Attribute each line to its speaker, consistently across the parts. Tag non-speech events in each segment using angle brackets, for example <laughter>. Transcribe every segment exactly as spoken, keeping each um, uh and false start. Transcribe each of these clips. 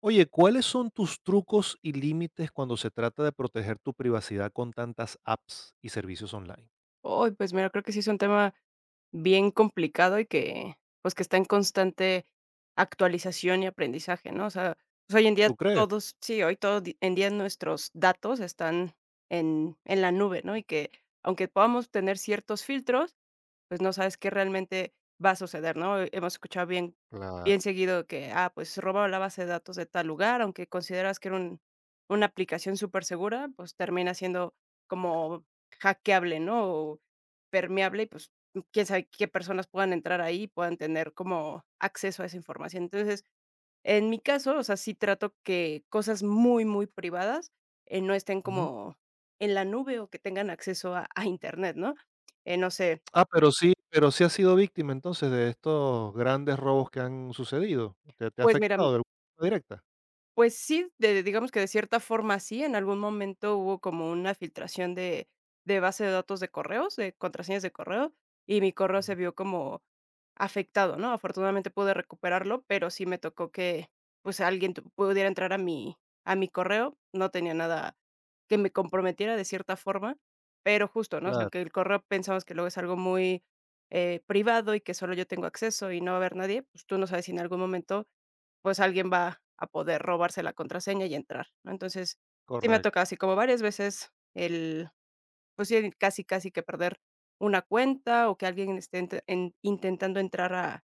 Speaker 1: Oye, ¿cuáles son tus trucos y límites cuando se trata de proteger tu privacidad con tantas apps y servicios online?
Speaker 2: Uy, pues mira, creo que sí es un tema bien complicado y que, pues, que está en constante actualización y aprendizaje, ¿no? O sea, pues, hoy en día
Speaker 1: ¿Tú crees?
Speaker 2: todos sí, hoy todo di en día nuestros datos están en en la nube, ¿no? Y que aunque podamos tener ciertos filtros, pues, no sabes qué realmente va a suceder, ¿no? Eh, Hemos escuchado bien
Speaker 1: Claro.
Speaker 2: bien seguido que, ah, pues, se robaron la base de datos de tal lugar, aunque consideras que era un una aplicación supersegura, pues, termina siendo como hackeable, ¿no? O permeable, y, pues, quién sabe qué personas puedan entrar ahí y puedan tener como acceso a esa información. Entonces, en mi caso, o sea, sí trato que cosas muy, muy privadas, eh, no estén
Speaker 1: Ujú.
Speaker 2: como en la nube o que tengan acceso a a Internet, ¿no? Eh, no sé,
Speaker 1: Ah, pero sí, pero sí has sido víctima entonces de estos grandes robos que han sucedido. ¿Te, te ha
Speaker 2: pues mira.
Speaker 1: afectado de alguna forma directa?
Speaker 2: Pues sí, de digamos que de cierta forma sí, en algún momento hubo como una filtración de de base de datos de correos, de contraseñas de correo, y mi correo se
Speaker 1: Ujú.
Speaker 2: vio como afectado, ¿no? Afortunadamente pude recuperarlo, pero sí me tocó que, pues, alguien tu pudiera entrar a mi a mi correo. No tenía nada que me comprometiera de cierta forma, pero justo, ¿no? O sea,
Speaker 1: Claro,
Speaker 2: aunque el correo pensamos que luego es algo muy, eh, privado y que solo yo tengo acceso y no va a haber nadie, pues, tú no sabes si en algún momento pues, alguien va a poder robarse la contraseña y entrar, ¿no? Entonces, sí me ha tocado
Speaker 1: correcto,
Speaker 2: así como varias veces el, pues, sí, el casi, casi que perder una cuenta, o que alguien esté int en intentando entrar a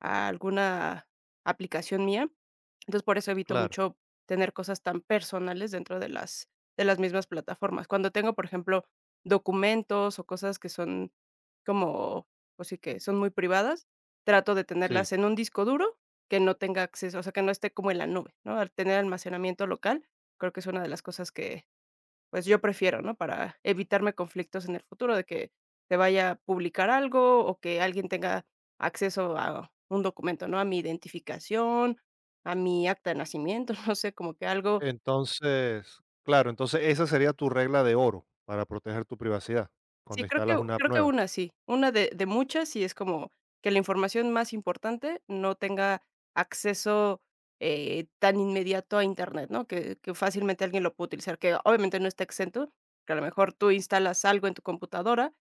Speaker 2: a alguna aplicación mía. Entonces, por eso evito
Speaker 1: claro,
Speaker 2: mucho tener cosas tan personales dentro de las de las mismas plataformas. Cuando tengo, por ejemplo, documentos o cosas que son como, pues sí, que son muy privadas, trato de
Speaker 1: sí.
Speaker 2: tenerlas en un disco duro que no tenga acceso, o sea, que no esté como en la nube, ¿no? Al tener almacenamiento local, creo que es una de las cosas que pues yo prefiero, ¿no? Para evitarme conflictos en el futuro de que se vaya a publicar algo o que alguien tenga acceso a un documento, ¿no? A mi identificación, a mi acta de nacimiento, <laughs> no sé, como que algo.
Speaker 1: Entonces, claro, entonces esa sería tu regla de oro para proteger tu privacidad cuando
Speaker 2: Sí, creo que
Speaker 1: instalas una app
Speaker 2: creo que
Speaker 1: nueva.
Speaker 2: una sí, una de de muchas, y es como que la información más importante no tenga acceso, eh, tan inmediato a Internet, ¿no? Que que fácilmente alguien lo puede utilizar, que obviamente no está exento, que a lo mejor tú instalas algo en tu computadora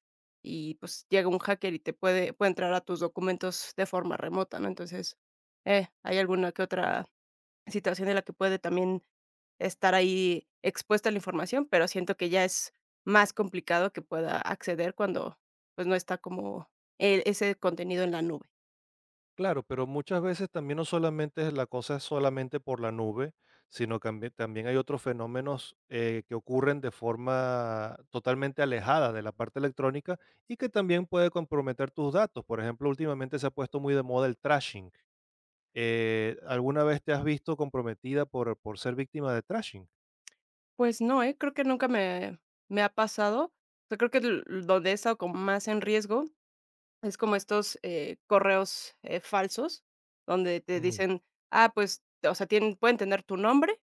Speaker 2: y, pues, llega un hacker y te puede puede entrar a tus documentos de forma remota, ¿no? Entonces, eh, hay alguna que otra situación en la que puede también estar ahí expuesta la información, pero siento que ya es más complicado que pueda acceder cuando, pues, no está como e ese contenido en la nube.
Speaker 1: Claro, pero muchas veces también no solamente es la cosa es solamente por la nube, sino cambi- también hay otros fenómenos eh, que ocurren de forma totalmente alejada de la parte electrónica y que también puede comprometer tus datos. Por ejemplo, últimamente se ha puesto muy de moda el trashing. Eh, ¿alguna vez te has visto comprometida por, por ser víctima de trashing?
Speaker 2: Pues no, ¿eh? Creo que nunca me me ha pasado. Yo creo que l l- donde he estado como más en riesgo es como estos, eh, correos, eh, falsos, donde te
Speaker 1: Ujú,
Speaker 2: dicen, ah, pues, o sea, tienen pueden tener tu nombre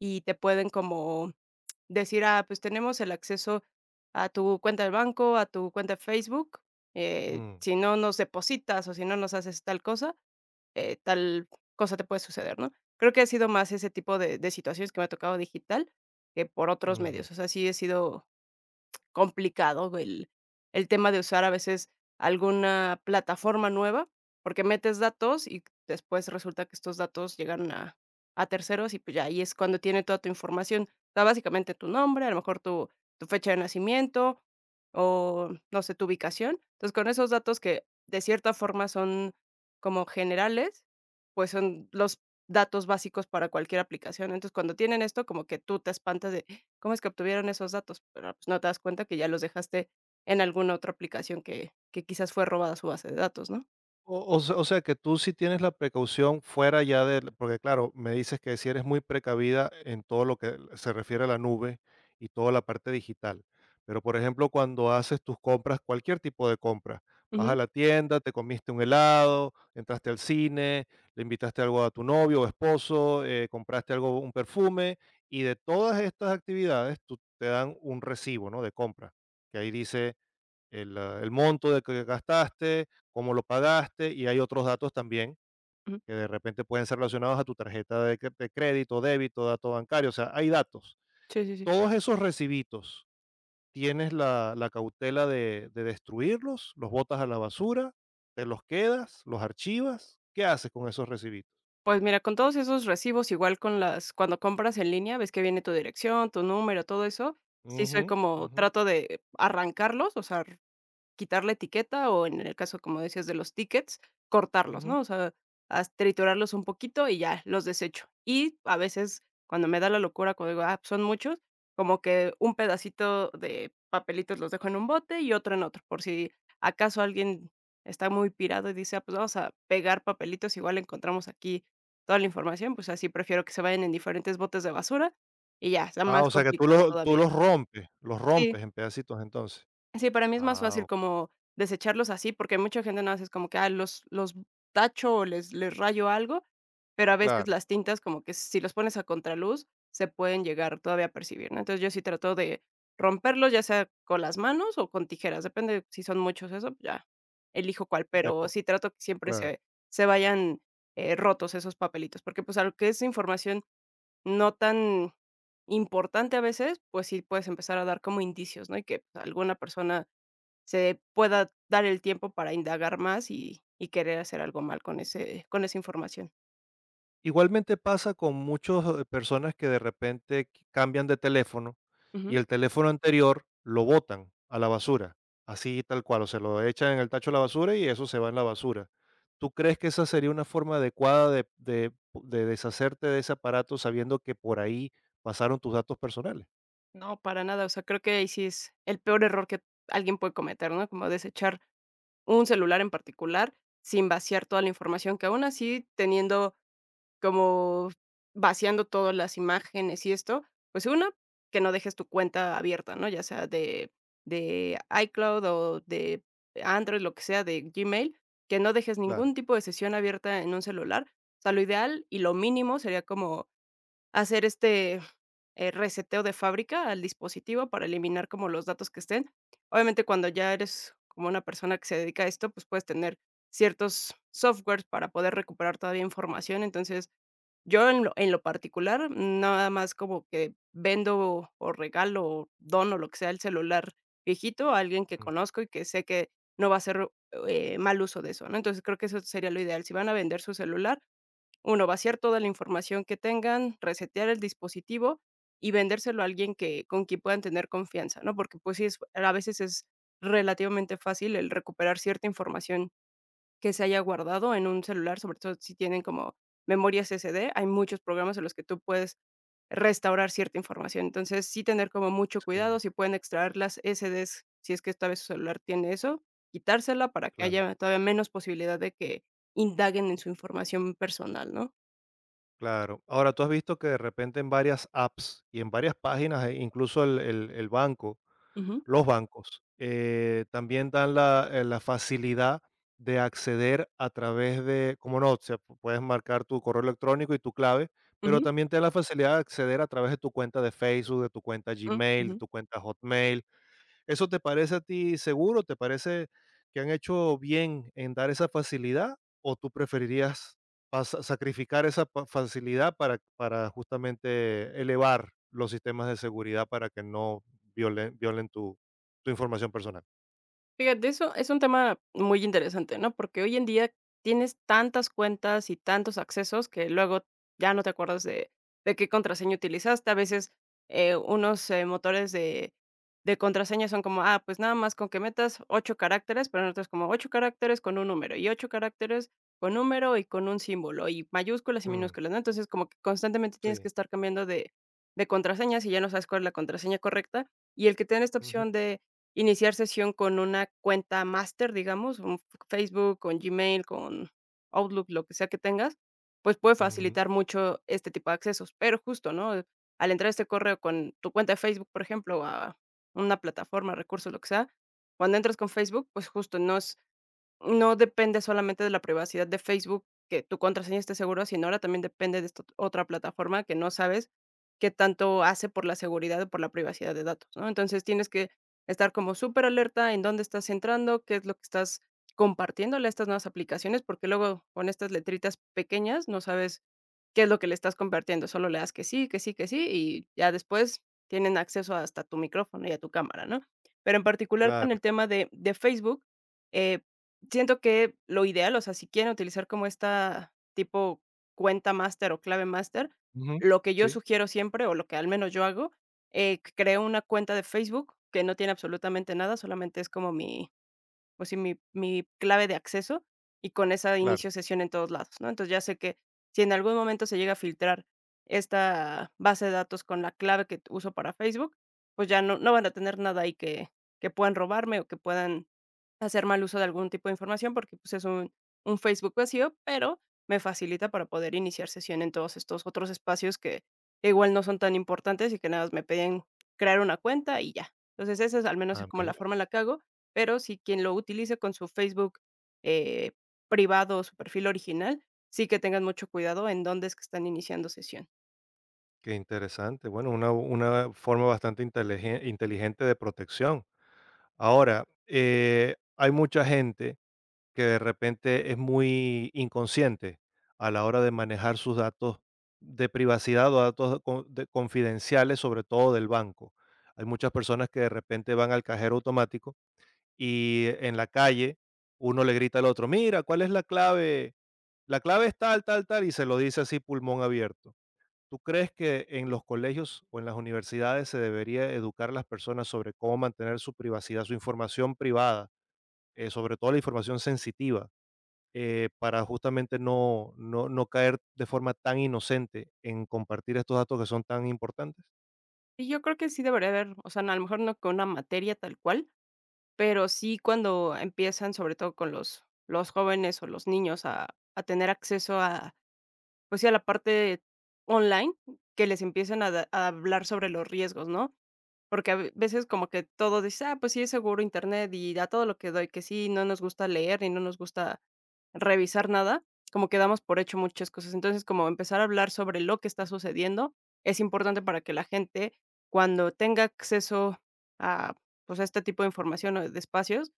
Speaker 2: y te pueden como decir, ah, pues tenemos el acceso a tu cuenta del banco, a tu cuenta de Facebook, eh,
Speaker 1: ujú,
Speaker 2: si no nos depositas o si no nos haces tal cosa, eh, tal cosa te puede suceder, ¿no? Creo que ha sido más ese tipo de de situaciones que me ha tocado digital que por otros
Speaker 1: ujú.
Speaker 2: medios. O sea, sí he sido complicado el el tema de usar a veces alguna plataforma nueva, porque metes datos y después resulta que estos datos llegan a a terceros y, pues, ya ahí es cuando tiene toda tu información. O sea, básicamente tu nombre, a lo mejor tu tu fecha de nacimiento o, no sé, tu ubicación. Entonces, con esos datos que de cierta forma son como generales, pues, son los datos básicos para cualquier aplicación. Entonces, cuando tienen esto, como que tú te espantas de: ¿Cómo es que obtuvieron esos datos? Pero, pues, no te das cuenta que ya los dejaste en alguna otra aplicación que que quizás fue robada su base de datos, ¿no?
Speaker 1: O o se o sea, que tú sí tienes la precaución fuera ya del porque claro, me dices que sí eres muy precavida en todo lo que se refiere a la nube y toda la parte digital. Pero, por ejemplo, cuando haces tus compras, cualquier tipo de compra, vas
Speaker 2: Ujú,
Speaker 1: a la tienda, te comiste un helado, entraste al cine, le invitaste algo a tu novio o esposo, eh, compraste algo, un perfume, y de todas estas actividades, tú te dan un recibo, ¿no?, de compra, que ahí dice el, ah, el monto de que gastaste, cómo lo pagaste y hay otros datos también
Speaker 2: ujú.
Speaker 1: que de repente pueden ser relacionados a tu tarjeta de, cre- de crédito, débito, dato bancario, o sea, hay datos.
Speaker 2: Sí, sí, sí.
Speaker 1: Todos esos recibitos, ¿tienes la, la cautela de, de destruirlos? ¿Los botas a la basura? ¿Te los quedas? ¿Los archivas? ¿Qué haces con esos recibitos?
Speaker 2: Pues mira, con todos esos recibos, igual con las cuando compras en línea, ves que viene tu dirección, tu número, todo eso. Sí
Speaker 1: Ujú,
Speaker 2: soy como
Speaker 1: ujú,
Speaker 2: trato de arrancarlos, o sea quitar la etiqueta o en el caso, como decías, de los tickets, cortarlos,
Speaker 1: ujú.
Speaker 2: ¿no? O sea, has triturarlos un poquito y ya los desecho. Y a veces cuando me da la locura, cuando digo: "Ah, pues son muchos", como que un pedacito de papelitos los dejo en un bote y otro en otro, por si acaso alguien está muy pirado y dice: "Ah, pues vamos a pegar papelitos, igual encontramos aquí toda la información", pues así prefiero que se vayan en diferentes botes de basura y ya, está
Speaker 1: Ah,
Speaker 2: más
Speaker 1: o sea que tú
Speaker 2: complicado
Speaker 1: los, tú
Speaker 2: todavía.
Speaker 1: los rompes, los
Speaker 2: Sí.
Speaker 1: rompes en pedacitos entonces.
Speaker 2: Sí, para mí es más
Speaker 1: Ah,
Speaker 2: fácil
Speaker 1: o-
Speaker 2: como desecharlos así, porque mucha gente no hace es como que, ah, los los tacho o les les rayo algo, pero a veces
Speaker 1: claro.
Speaker 2: las tintas como que si los pones a contraluz se pueden llegar todavía a percibir, ¿no? Entonces, yo sí trato de romperlos, ya sea con las manos o con tijeras, depende si son muchos eso, pues, ya elijo cuál, pero
Speaker 1: Depo-
Speaker 2: sí trato que siempre
Speaker 1: claro.
Speaker 2: se se vayan, eh, rotos esos papelitos, porque, pues, a lo que es información no tan importante a veces, pues sí puedes empezar a dar como indicios, ¿no? Y que pues, alguna persona se pueda dar el tiempo para indagar más y y querer hacer algo mal con ese con esa información.
Speaker 1: Igualmente pasa con muchas personas que de repente q cambian de teléfono, y
Speaker 2: Ujú.
Speaker 1: el teléfono anterior lo botan a la basura, así tal cual, o se lo echan en el tacho de la basura y eso se va en la basura. ¿Tú crees que esa sería una forma adecuada de de de deshacerte de ese aparato sabiendo que por ahí pasaron tus datos personales?
Speaker 2: No, para nada, o sea, creo que ahí sí es el peor error que alguien puede cometer, ¿no? Como desechar un celular en particular sin vaciar toda la información, que aún así teniendo como vaciando todas las imágenes y esto, pues una, que no dejes tu cuenta abierta, ¿no? Ya sea de de iCloud o de Android, lo que sea, de Gmail, que no dejes
Speaker 1: Claro.
Speaker 2: ningún tipo de sesión abierta en un celular. O sea, lo ideal y lo mínimo sería como hacer este, eh, reseteo de fábrica al dispositivo para eliminar como los datos que estén. Obviamente, cuando ya eres como una persona que se dedica a esto, pues puedes tener ciertos softwares para poder recuperar todavía información. Entonces, yo en lo en lo particular, nada más como que vendo o regalo o dono, lo que sea, el celular viejito a alguien que
Speaker 1: Mm,
Speaker 2: conozco y que sé que no va a hacer, eh, mal uso de eso, ¿no? Entonces, creo que eso sería lo ideal. Si van a vender su celular, uno vaciar toda la información que tengan, resetear el dispositivo y vendérselo a alguien que con quien puedan tener confianza, ¿no? Porque, pues sí, es a veces es relativamente fácil el recuperar cierta información que se haya guardado en un celular, sobre todo si tienen como memorias ese de hay muchos programas en los que tú puedes restaurar cierta información. Entonces, sí tener como mucho
Speaker 1: sí,
Speaker 2: cuidado, si pueden extraer las S ese des, si es que esta vez su celular tiene eso, quitársela para que
Speaker 1: claro,
Speaker 2: haya todavía menos posibilidad de que indaguen en su información personal, ¿no?
Speaker 1: claro. Ahora, tú has visto que de repente en varias apps y en varias páginas, eh, incluso el el el banco
Speaker 2: Ujú,
Speaker 1: los bancos. Eh, también dan la, eh, la facilidad de acceder a través de, como no, o sea, pu- puedes marcar tu correo electrónico y tu clave, pero
Speaker 2: ujú,
Speaker 1: también te da la facilidad de acceder a través de tu cuenta de Facebook, de tu cuenta
Speaker 2: mm,
Speaker 1: Gmail, de
Speaker 2: ujú.
Speaker 1: tu cuenta Hotmail. ¿Eso te parece a ti seguro? ¿Te parece que han hecho bien en dar esa facilidad? ¿O tú preferirías pas- sacrificar esa pa- facilidad para, para justamente elevar los sistemas de seguridad para que no violen, violen tu, tu información personal?
Speaker 2: Fíjate, eso es un tema muy interesante, ¿no? Porque hoy en día tienes tantas cuentas y tantos accesos que luego ya no te acuerdas de, de qué contraseña utilizaste. A veces eh, unos eh, motores de, de contraseña son como, ah, pues nada más con que metas ocho caracteres, pero en otros como ocho caracteres con un número y ocho caracteres con número y con un símbolo y mayúsculas y
Speaker 1: Mm,
Speaker 2: minúsculas, ¿no? Entonces como que constantemente tienes que
Speaker 1: sí.
Speaker 2: estar cambiando de, de contraseñas y ya no sabes cuál es la contraseña correcta. Y el que tiene esta
Speaker 1: Ujú,
Speaker 2: opción de iniciar sesión con una cuenta master, digamos, un f- Facebook, con Gmail, con Outlook, lo que sea que tengas, pues, puede
Speaker 1: ujú,
Speaker 2: facilitar mucho este tipo de accesos. Pero justo, ¿no? Al entrar este correo con tu cuenta de Facebook, por ejemplo, a una plataforma, recurso, lo que sea, cuando entras con Facebook, pues, justo no es no depende solamente de la privacidad de Facebook, que tu contraseña esté segura, sino ahora también depende de esta otra plataforma que no sabes qué tanto hace por la seguridad o por la privacidad de datos, ¿no? Entonces, tienes que estar como súper alerta en dónde estás entrando, qué es lo que estás compartiéndole a estas nuevas aplicaciones, porque luego con estas letritas pequeñas no sabes qué es lo que le estás compartiendo. Solo le das que sí, que sí, que sí, y ya después tienen acceso hasta tu micrófono y a tu cámara, ¿no? Pero en particular con
Speaker 1: claro,
Speaker 2: el tema de de Facebook, eh, siento que lo ideal, o sea, si quieren utilizar como esta tipo cuenta master o clave master,
Speaker 1: ujú,
Speaker 2: lo que yo
Speaker 1: sí,
Speaker 2: sugiero siempre, o lo que al menos yo hago, eh, creo una cuenta de Facebook que no tiene absolutamente nada, solamente es como mi, pues sí, mi mi clave de acceso, y con esa
Speaker 1: claro.
Speaker 2: inicio sesión en todos lados, ¿no? Entonces, ya sé que si en algún momento se llega a filtrar esta base de datos con la clave que uso para Facebook, pues ya no no van a tener nada ahí que que puedan robarme o que puedan hacer mal uso de algún tipo de información, porque, pues, es un un Facebook vacío, pero me facilita para poder iniciar sesión en todos estos otros espacios que igual no son tan importantes y que nada más me piden crear una cuenta y ya. Entonces, esa es al menos
Speaker 1: Ah,
Speaker 2: como la
Speaker 1: mira,
Speaker 2: forma en la que hago, pero si quien lo utilice con su Facebook, eh, privado o su perfil original, sí que tengan mucho cuidado en dónde es que están iniciando sesión.
Speaker 1: qué interesante. Bueno, una, una forma bastante inteligen- inteligente de protección. Ahora, eh, hay mucha gente que de repente es muy inconsciente a la hora de manejar sus datos de privacidad o datos con- de- confidenciales, sobre todo del banco. Hay muchas personas que de repente van al cajero automático y en la calle uno le grita al otro: "Mira, ¿cuál es la clave?". "La clave es tal, tal, tal", y se lo dice así pulmón abierto. ¿Tú crees que en los colegios o en las universidades se debería educar a las personas sobre cómo mantener su privacidad, su información privada, eh, sobre todo la información sensitiva? Eh, para justamente no, no, no caer de forma tan inocente en compartir estos datos que son tan importantes.
Speaker 2: Y yo creo que sí debería haber, o sea, no, a lo mejor no con una materia tal cual, pero sí cuando empiezan, sobre todo con los los jóvenes o los niños a a tener acceso a, pues sí, a la parte online, que les empiecen a da a hablar sobre los riesgos, ¿no? Porque a ve- veces como que todo dice: "Ah, pues sí, es seguro Internet y da todo lo que doy", que sí, no nos gusta leer y no nos gusta revisar nada, como que damos por hecho muchas cosas. Entonces, como empezar a hablar sobre lo que está sucediendo es importante para que la gente, cuando tenga acceso a, pues, a este tipo de información o de espacios,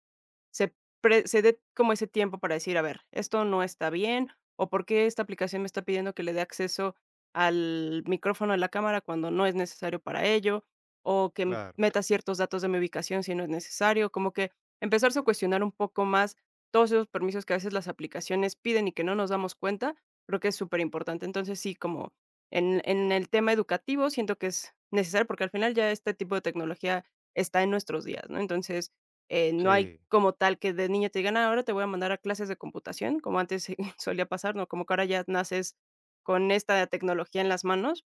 Speaker 2: se pre se dé como ese tiempo para decir: "A ver, esto no está bien, o por qué esta aplicación me está pidiendo que le dé acceso al micrófono de la cámara cuando no es necesario para ello, o que m
Speaker 1: Claro,
Speaker 2: meta ciertos datos de mi ubicación si no es necesario", como que empezarse a cuestionar un poco más todos esos permisos que a veces las aplicaciones piden y que no nos damos cuenta, creo que es súper importante. Entonces, sí, como en en el tema educativo siento que es necesario, porque al final ya este tipo de tecnología está en nuestros días, ¿no? Entonces, eh, no hay
Speaker 1: sí,
Speaker 2: como tal que de niño te digan: "Ah, ahora te voy a mandar a clases de computación", como antes <laughs> solía pasar, ¿no? Como que ahora ya naces con esta tecnología en las manos.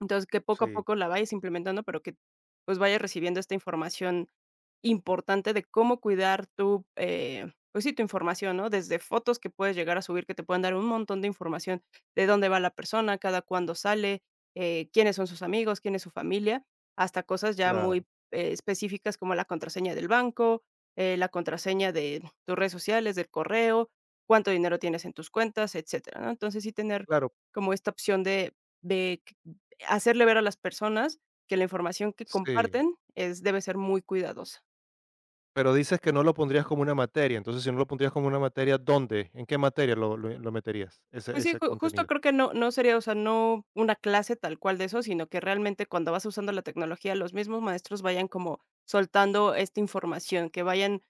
Speaker 2: Entonces, que poco a
Speaker 1: sí,
Speaker 2: poco la vayas implementando, pero que, pues, vayas recibiendo esta información importante de cómo cuidar tu, eh, pues sí, tu información, ¿no? Desde fotos que puedes llegar a subir, que te pueden dar un montón de información de dónde va la persona, cada cuándo sale, eh, quiénes son sus amigos, quién es su familia, hasta cosas ya muy,
Speaker 1: claro,
Speaker 2: eh, específicas como la contraseña del banco, eh, la contraseña de tus redes sociales, del correo, cuánto dinero tienes en tus cuentas, etcétera, ¿no? Entonces, sí tener
Speaker 1: claro,
Speaker 2: como esta opción de de hacerle ver a las personas que la información que
Speaker 1: sí.
Speaker 2: comparten es debe ser muy cuidadosa.
Speaker 1: Pero dices que no lo pondrías como una materia, entonces si no lo pondrías como una materia, ¿dónde? ¿En qué materia lo, lo- lo meterías ese,
Speaker 2: Pues sí,
Speaker 1: ese
Speaker 2: ju justo
Speaker 1: contenido?
Speaker 2: creo que no no sería, o sea, no una clase tal cual de eso, sino que realmente cuando vas usando la tecnología, los mismos maestros vayan como soltando esta información, que vayan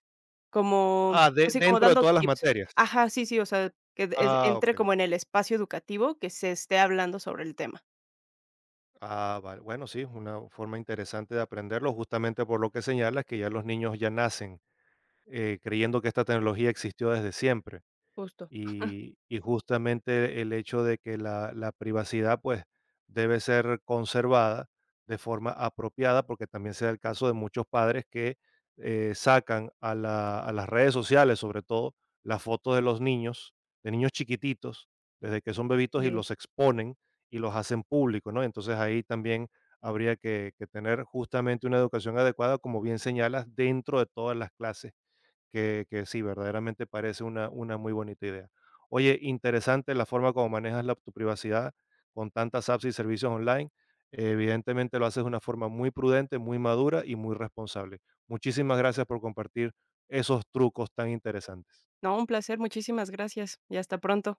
Speaker 2: como,
Speaker 1: Ah, de-
Speaker 2: pues sí, como
Speaker 1: dentro de
Speaker 2: dando
Speaker 1: todas las
Speaker 2: tips.
Speaker 1: materias.
Speaker 2: Ajá, sí, sí, o sea, que de- es
Speaker 1: Ah,
Speaker 2: entre
Speaker 1: ok.
Speaker 2: como en el espacio educativo que se esté hablando sobre el tema.
Speaker 1: Ah, vale. Bueno, sí, es una forma interesante de aprenderlo, justamente por lo que señalas, que ya los niños ya nacen eh, creyendo que esta tecnología existió desde siempre.
Speaker 2: Justo.
Speaker 1: Y y justamente el hecho de que la la privacidad, pues, debe ser conservada de forma apropiada, porque también se da el caso de muchos padres que, eh, sacan a la a las redes sociales, sobre todo, las fotos de los niños, de niños chiquititos, desde que son bebitos y
Speaker 2: Sí.
Speaker 1: los exponen y los hacen públicos, ¿no? Entonces, ahí también habría que que tener justamente una educación adecuada, como bien señalas, dentro de todas las clases que que sí, verdaderamente parece una una muy bonita idea. Oye, interesante la forma como manejas la tu privacidad con tantas apps y servicios online. Eh, Evidentemente, lo haces de una forma muy prudente, muy madura y muy responsable. Muchísimas gracias por compartir esos trucos tan interesantes.
Speaker 2: No, un placer, muchísimas gracias y hasta pronto.